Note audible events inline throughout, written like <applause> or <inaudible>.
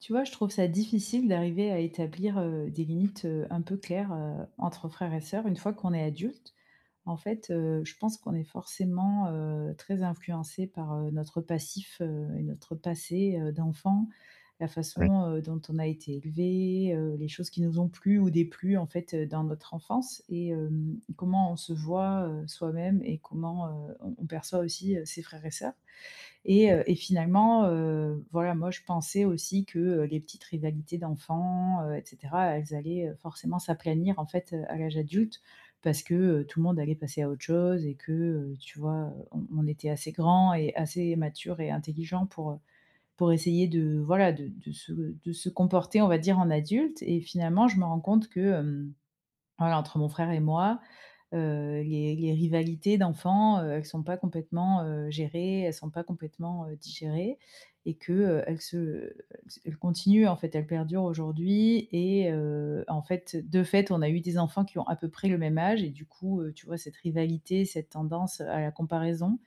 Tu vois, je trouve ça difficile d'arriver à établir, des limites, un peu claires, entre frères et sœurs une fois qu'on est adulte. En fait, je pense qu'on est forcément, très influencé par, notre passif, et notre passé, d'enfant, la façon, dont on a été élevé, les choses qui nous ont plu ou déplu, en fait, dans notre enfance et comment on se voit, soi-même et comment, on perçoit aussi, ses frères et sœurs. Et finalement, voilà, moi, je pensais aussi que, les petites rivalités d'enfants, et cetera, elles allaient, forcément s'aplanir, en fait, à l'âge adulte parce que, tout le monde allait passer à autre chose et que, tu vois, on était assez grands et assez matures et intelligents pour essayer de, voilà, de se comporter, on va dire, en adulte et finalement, je me rends compte que, euh, voilà, entre mon frère et moi, les rivalités d'enfants, elles sont pas complètement, gérées, elles sont pas complètement, digérées et que, elles continuent en fait, elles perdurent aujourd'hui et en fait, de fait, on a eu des enfants qui ont à peu près le même âge et du coup, tu vois, cette rivalité, cette tendance à la comparaison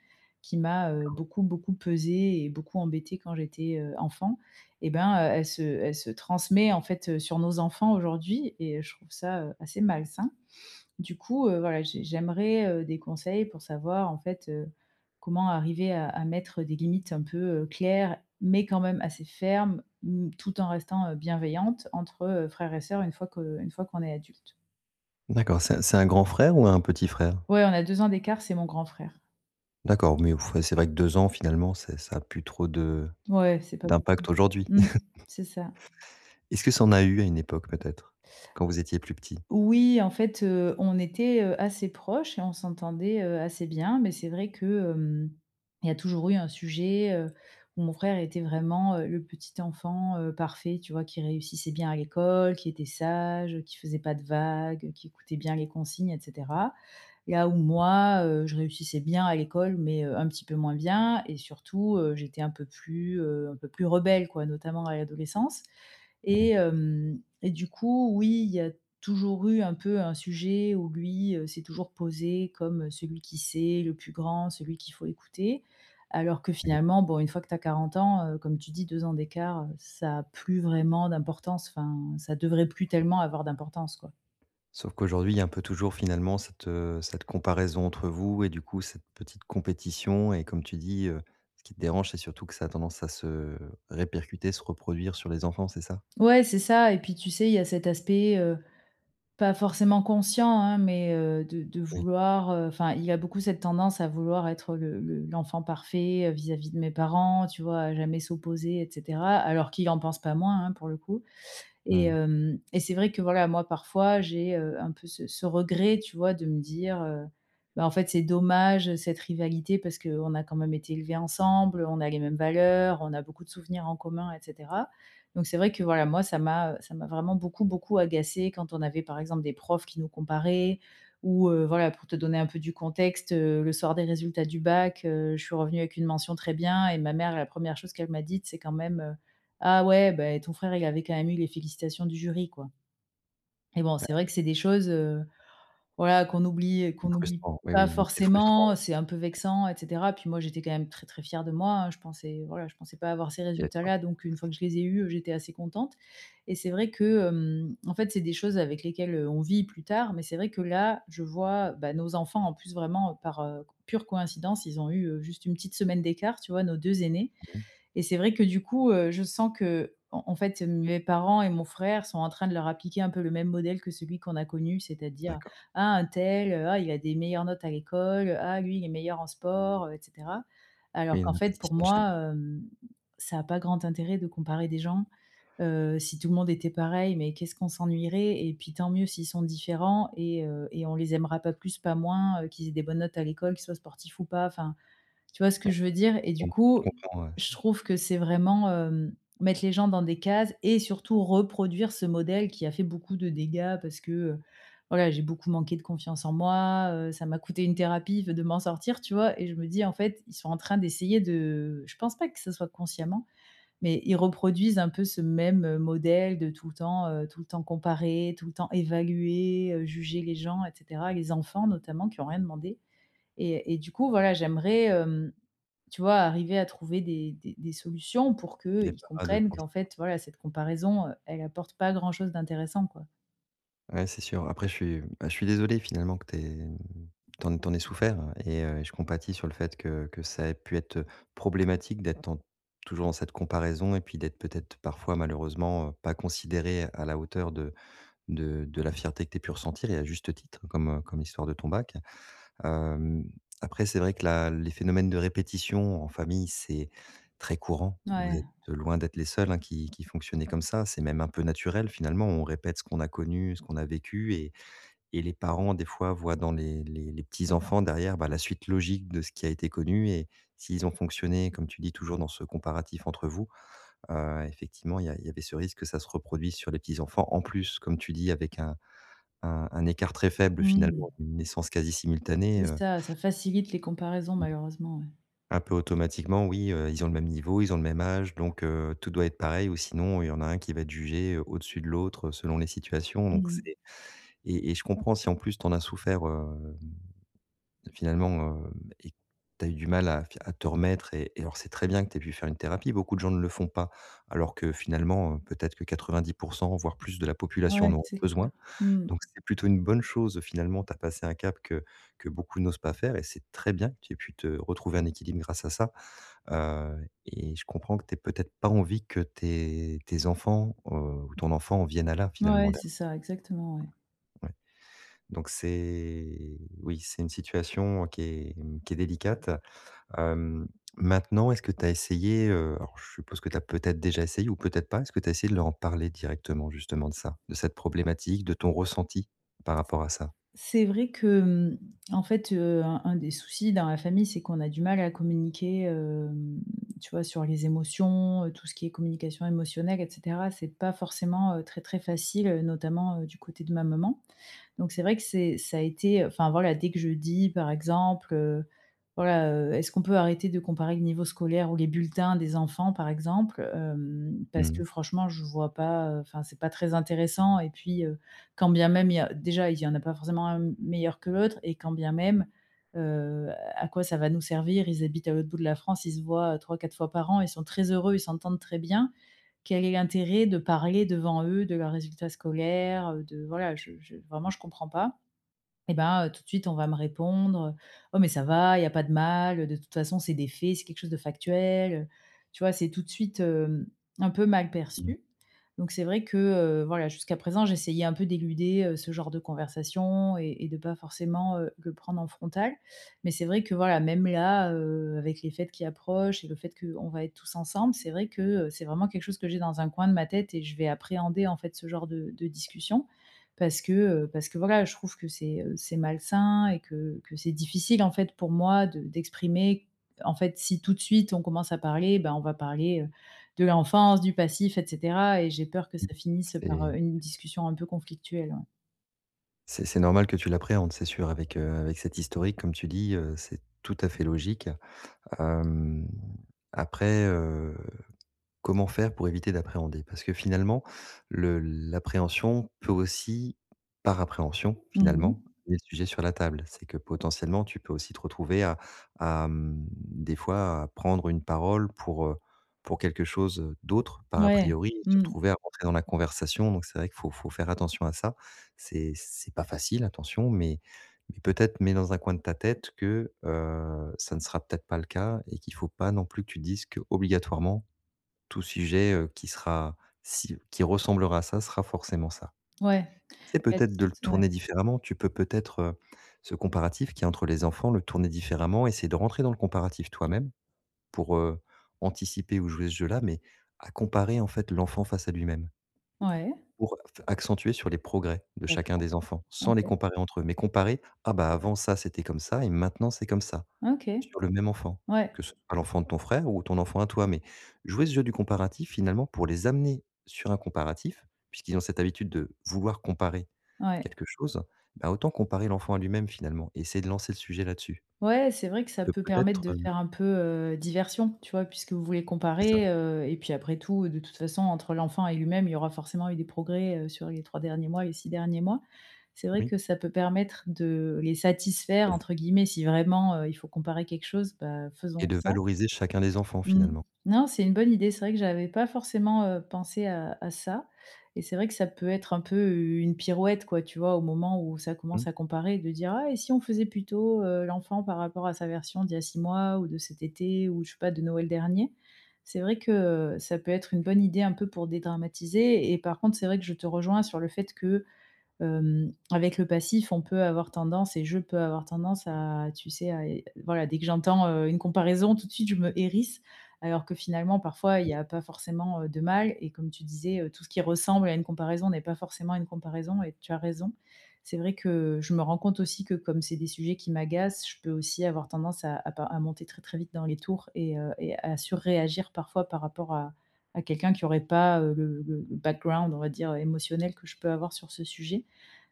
qui m'a, beaucoup, beaucoup pesée et beaucoup embêtée quand j'étais, enfant et ben, elle se transmet en fait, sur nos enfants aujourd'hui et je trouve ça, assez malsain. Du coup, voilà, j'aimerais, des conseils pour savoir en fait, comment arriver à mettre des limites un peu, claires, mais quand même assez fermes, mmh, tout en restant, bienveillante entre, frères et sœurs une fois qu'on est adulte. D'accord, c'est un grand frère ou un petit frère? Ouais, on a 2 ans d'écart, c'est mon grand frère. D'accord, mais ouf, ouais, c'est vrai que 2 ans finalement, c'est ça a plus trop de Ouais, c'est pas beau. d'impact aujourd'hui. Mmh, <laughs> c'est ça. Est-ce que ça en a eu à une époque peut-être? Quand vous étiez plus petit? Oui, en fait, on était, assez proches et on s'entendait, assez bien, mais c'est vrai que, hem, il y a toujours eu un sujet, où mon frère était vraiment, le petit enfant, parfait, tu vois? Qui réussissait bien à l'école, qui était sage, qui faisait pas de vagues, qui écoutait bien les consignes et cetera. Là où moi, je réussissais bien à l'école, mais, un petit peu moins bien et surtout, j'étais un peu plus rebelle, quoi, notamment à l'adolescence Oui, et du coup, oui, il y a toujours eu un peu un sujet où lui, s'est toujours posé comme, celui qui sait, le plus grand, celui qu'il faut écouter. Alors que d'accord. finalement, bon, une fois que tu as 40 ans, comme tu dis, 2 ans d'écart, ça a plus vraiment d'importance, enfin, ça devrait plus tellement avoir d'importance, quoi. Sauf qu'aujourd'hui, il y a un peu toujours finalement cette, cette comparaison entre vous et du coup cette petite compétition et comme tu dis, ce qui te dérange, c'est surtout que ça a tendance à se répercuter, se reproduire sur les enfants, c'est ça? Ouais, c'est ça et puis tu sais, il y a cet aspect, pas forcément conscient, hein, mais, de Oui. vouloir, enfin, il a beaucoup cette tendance à vouloir être le l'enfant parfait, vis-à-vis de mes parents, tu vois? À jamais s'opposer et cetera, alors qu'il en pense pas moins, hein, pour le coup. Et Mmh. hem et c'est vrai que voilà, moi parfois j'ai, un peu ce regret, tu vois, de me dire: «Bah, en fait, c'est dommage cette rivalité parce qu'on a quand même été élevés ensemble, on a les mêmes valeurs, on a beaucoup de souvenirs en commun et cetera». Donc c'est vrai que voilà, moi ça m'a vraiment beaucoup, beaucoup agacé quand on avait par exemple des profs qui nous comparaient ou, voilà pour te donner un peu du contexte, le soir des résultats du bac, je suis revenue avec une mention très bien et ma mère la première chose qu'elle m'a dite c'est quand même, ah ouais, beh, ton frère, il avait quand même eu les félicitations du jury, quoi. Et bon, c'est vrai que c'est des choses, voilà, qu'on oublie C'est qu'on oublie frustrant, oui, pas oui, mais c'est frustrant. forcément, c'est un peu vexant et cetera. Puis moi, j'étais quand même très, très fière de moi, hein. Je pensais voilà, je pensais pas avoir ces Il y a de quoi. résultats-là, donc une fois que je les ai eus, j'étais assez contente. Et c'est vrai que, en fait, c'est des choses avec lesquelles, on vit plus tard, mais c'est vrai que là, je vois, bah, nos enfants, en plus, vraiment, par, pure coïncidence, ils ont eu, juste une petite semaine d'écart, tu vois, nos 2 aînés. Mmh. Et c'est vrai que du coup, je sens que, en fait, mes parents et mon frère sont en train de leur appliquer un peu le même modèle que celui qu'on a connu, c'est-à-dire: D'accord. «Ah, untel, ah, il a des meilleures notes à l'école, ah, lui, il est meilleur en sport», et cetera. Alors Oui, qu'en une fait, répétition pour de schéma, moi, ça a pas grand intérêt de comparer des gens. Si tout le monde était pareil, mais qu'est-ce qu'on s'ennuierait? Et puis tant mieux s'ils sont différents et on les aimera pas plus, pas moins, qu'ils aient des bonnes notes à l'école, qu'ils soient sportifs ou pas. Enfin, tu vois ce que je veux dire? Et du coup, je comprends, ouais. je trouve que c'est vraiment, mettre les gens dans des cases et surtout reproduire ce modèle qui a fait beaucoup de dégâts parce que, voilà, j'ai beaucoup manqué de confiance en moi, ça m'a coûté une thérapie de m'en sortir, tu vois? Et je me dis: «En fait, ils sont en train d'essayer de» je pense pas que ce soit consciemment, mais ils reproduisent un peu ce même, modèle de tout le temps comparer, tout le temps évaluer, juger les gens et cetera, les enfants notamment qui ont rien demandé. Et du coup, voilà, j'aimerais, tu vois, arriver à trouver des solutions pour Des qu'ils parades, ouais, comprennent pour qu'en ça. fait, voilà, cette comparaison, elle apporte pas grand-chose d'intéressant, quoi. Ouais, c'est sûr. Après, je suis désolé finalement que t'aies, t'en en aies souffert et je compatis sur le fait que ça ait pu être problématique d'être en toujours dans cette comparaison et puis d'être peut-être parfois malheureusement, pas considéré à la hauteur de de la fierté que tu aies pu ressentir et à juste titre, comme, comme l'histoire de ton bac. Hem, Après, c'est vrai que la les phénomènes de répétition en famille, c'est très courant. Vous Ouais. êtes loin d'être les seuls, hein, qui fonctionnez comme ça. C'est même un peu naturel finalement. On répète ce qu'on a connu, ce qu'on a vécu et les parents, des fois, voient dans les les petits-enfants derrière, bah, la suite logique de ce qui a été connu et s'ils ont fonctionné, comme tu dis, toujours dans ce comparatif entre vous, effectivement, il y avait ce risque que ça se reproduise sur les petits-enfants. En plus, comme tu dis, avec un un écart très faible Mmh. finalement, une naissance quasi C'est simultanée, heu. ça, ça facilite les comparaisons malheureusement, ouais. Un peu automatiquement, oui, ils ont le même niveau, ils ont le même âge, donc tout doit être pareil ou sinon il y en a un qui va être jugé, au-dessus de l'autre, selon les situations, donc Mmh. c'est. Et je comprends si en plus tu en as souffert, finalement, et que tu as eu du mal à te remettre et alors c'est très bien que tu aies pu faire une thérapie. Beaucoup de gens ne le font pas, alors que finalement, peut-être que 90 voire plus de la population en Ouais, auront c'est clair. besoin, Mmh. donc c'est plutôt une bonne chose, finalement. Tu as passé un cap que beaucoup n'osent pas faire et c'est très bien que tu aies pu te retrouver un équilibre grâce à ça. Et je comprends que tu peut-être pas envie que tes enfants, ou ton enfant en vienne à là finalement Ouais, dè c'est ça, exactement, ouais. ouais. Donc c'est oui, c'est une situation qui est, mmh, qui est délicate. Hem, maintenant, est-ce que tu as essayé, alors je suppose que tu as peut-être déjà essayé ou peut-être pas, est-ce que tu as essayé de leur en parler directement justement de ça, de cette problématique, de ton ressenti par rapport à ça? C'est vrai que, mmh, en fait, un des soucis dans la famille, c'est qu'on a du mal à communiquer, tu vois, sur les émotions, tout ce qui est communication émotionnelle et cetera. C'est pas forcément, très, très facile, notamment, du côté de ma maman. Donc c'est vrai que c'est ça a été enfin voilà, dès que je dis par exemple, voilà: «Est-ce qu'on peut arrêter de comparer le niveau scolaire ou les bulletins des enfants?» par exemple, Mmh parce que mh. franchement je vois pas, enfin c'est pas très intéressant et puis, quand bien même il y a déjà il y en a pas forcément un meilleur que l'autre et quand bien même, à quoi ça va nous servir? Ils habitent à l'autre bout de la France, ils se voient trois quatre fois par an, ils sont très heureux, ils s'entendent très bien. Quel est l'intérêt de parler devant eux de leurs résultats scolaires, de voilà, je vraiment je comprends pas. Et ben, tout de suite on va me répondre, «Oh mais ça va, il y a pas de mal, de toute façon c'est des faits, c'est quelque chose de factuel», tu vois? C'est tout de suite, un peu mal Mmh. perçu. Donc c'est vrai que, voilà, jusqu'à présent, j'essayais un peu d'éluder, ce genre de conversation et de pas forcément, le prendre en frontal. Mais c'est vrai que, voilà, même là, avec les fêtes qui approchent et le fait qu'on va être tous ensemble, c'est vrai que, c'est vraiment quelque chose que j'ai dans un coin de ma tête et je vais appréhender, en fait, ce genre de discussion parce que, voilà, je trouve que c'est malsain et que c'est difficile, en fait, pour moi de d'exprimer en fait, si tout de suite on commence à parler, ben, on va parler, de l'enfance, du passif, et cetera et j'ai peur que ça finisse par, C'est une discussion un peu conflictuelle, ouais. c'est normal que tu l'appréhendes, c'est sûr avec, avec cet historique comme tu dis, c'est tout à fait logique. Hem, après, heu. Comment faire pour éviter d'appréhender? Parce que finalement, le l'appréhension peut aussi, par appréhension, Mmh. finalement, amener le sujet sur la table. C'est que potentiellement, tu peux aussi te retrouver à des fois, à prendre une parole pour quelque chose d'autre, par a Ouais. priori, et se Mmh. retrouver à rentrer dans la conversation. Donc c'est vrai qu'il faut faire attention à ça. C'est pas facile, attention, mais peut-être mets dans un coin de ta tête que, ça ne sera peut-être pas le cas et qu'il faut pas non plus que tu te dises que obligatoirement tout sujet, qui sera si qui ressemblera à ça, sera forcément ça. Ouais. C'est Peut-être, peut-être de le ouais. tourner différemment. Tu peux peut-être, ce comparatif qui est entre les enfants, le tourner différemment, essayer de rentrer dans le comparatif toi-même pour, anticiper ou jouer ce jeu-là, mais à comparer en fait l'enfant face à lui-même. Ouais. Pour f accentuer sur les progrès de chacun D'accord. des enfants, sans les OK. comparer entre eux, mais comparer: «Ah bah, avant ça, c'était comme ça et maintenant c'est comme ça». OK. Sur le même enfant, Ouais. que ce soit l'enfant de ton frère ou ton enfant à toi, mais jouer ce jeu du comparatif finalement pour les amener sur un comparatif, puisqu'ils ont cette habitude de vouloir comparer Ouais. quelque chose, bah, autant comparer l'enfant à lui-même finalement et essayer de lancer le sujet là-dessus. Ouais, c'est vrai que Ça ça peut peut permettre peut-être, de faire un peu, diversion, tu vois? Puisque vous voulez c'est ça, comparer, et puis après tout, de toute façon, entre l'enfant et lui-même, il y aura forcément eu des progrès, sur les 3 derniers mois, les 6 derniers mois. C'est vrai oui que ça peut permettre de «les satisfaire» entre guillemets. Si vraiment, il faut comparer quelque chose, bah, et faisons de ça valoriser chacun des enfants Mmh. finalement. Non, c'est une bonne idée. C'est vrai que j'avais pas forcément, pensé à ça et c'est vrai que ça peut être un peu, une pirouette, quoi, tu vois? Au moment où ça Mmh, commence à comparer, de dire: «Ah et si on faisait plutôt, l'enfant par rapport à sa version d'il y a 6 mois ou de cet été ou je sais pas, de Noël dernier». C'est vrai que, ça peut être une bonne idée un peu pour dédramatiser et par contre, c'est vrai que je te rejoins sur le fait que, avec le passif, on peut avoir tendance et je peux avoir tendance à, tu sais, à voilà, dès que j'entends, une comparaison, tout de suite, je me hérisse, alors que finalement, parfois, il n'y oui. a pas forcément, de mal et comme tu disais, tout ce qui ressemble à une comparaison n'est pas forcément une comparaison et tu as raison. C'est vrai que je me rends compte aussi que comme c'est des sujets qui m'agacent, je peux aussi avoir tendance à pas à monter très, très vite dans les tours et à surréagir parfois par rapport à quelqu'un qui n'aurait pas, le background, on va dire, émotionnel que je peux avoir sur ce sujet.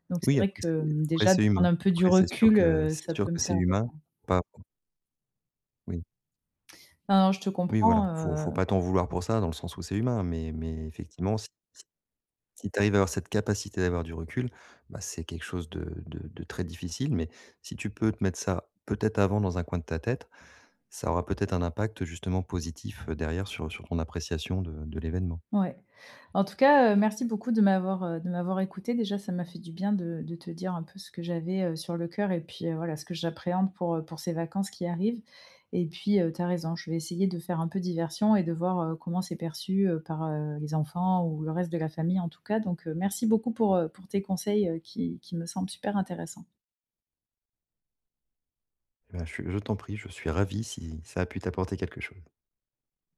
Donc c'est Oui, vrai que, après déjà de c'est prendre humain. un peu du Après c'est sûr recul, ça peut me que c'est servir. humain, pas oui. Non, non, je te Oui voilà, comprends, faut pas t'en vouloir pour ça dans le sens où c'est humain, mais effectivement si. Si tu arrives à avoir cette capacité d'avoir du recul, bah, c'est quelque chose de de très difficile, mais si tu peux te mettre ça peut-être avant dans un coin de ta tête, ça aura peut-être un impact justement positif, derrière sur ton appréciation de l'événement. ouais. En tout cas, merci beaucoup de m'avoir écoutée. Déjà, ça m'a fait du bien de te dire un peu ce que j'avais, sur le cœur et puis, voilà, ce que j'appréhende pour ces vacances qui arrivent et puis, tu as raison, je vais essayer de faire un peu diversion et de voir, comment c'est perçu, par, les enfants ou le reste de la famille en tout cas. Donc, merci beaucoup pour tes conseils, qui me semblent super intéressants. Bah, je t'en prie, je suis ravi si ça a pu t'apporter quelque chose.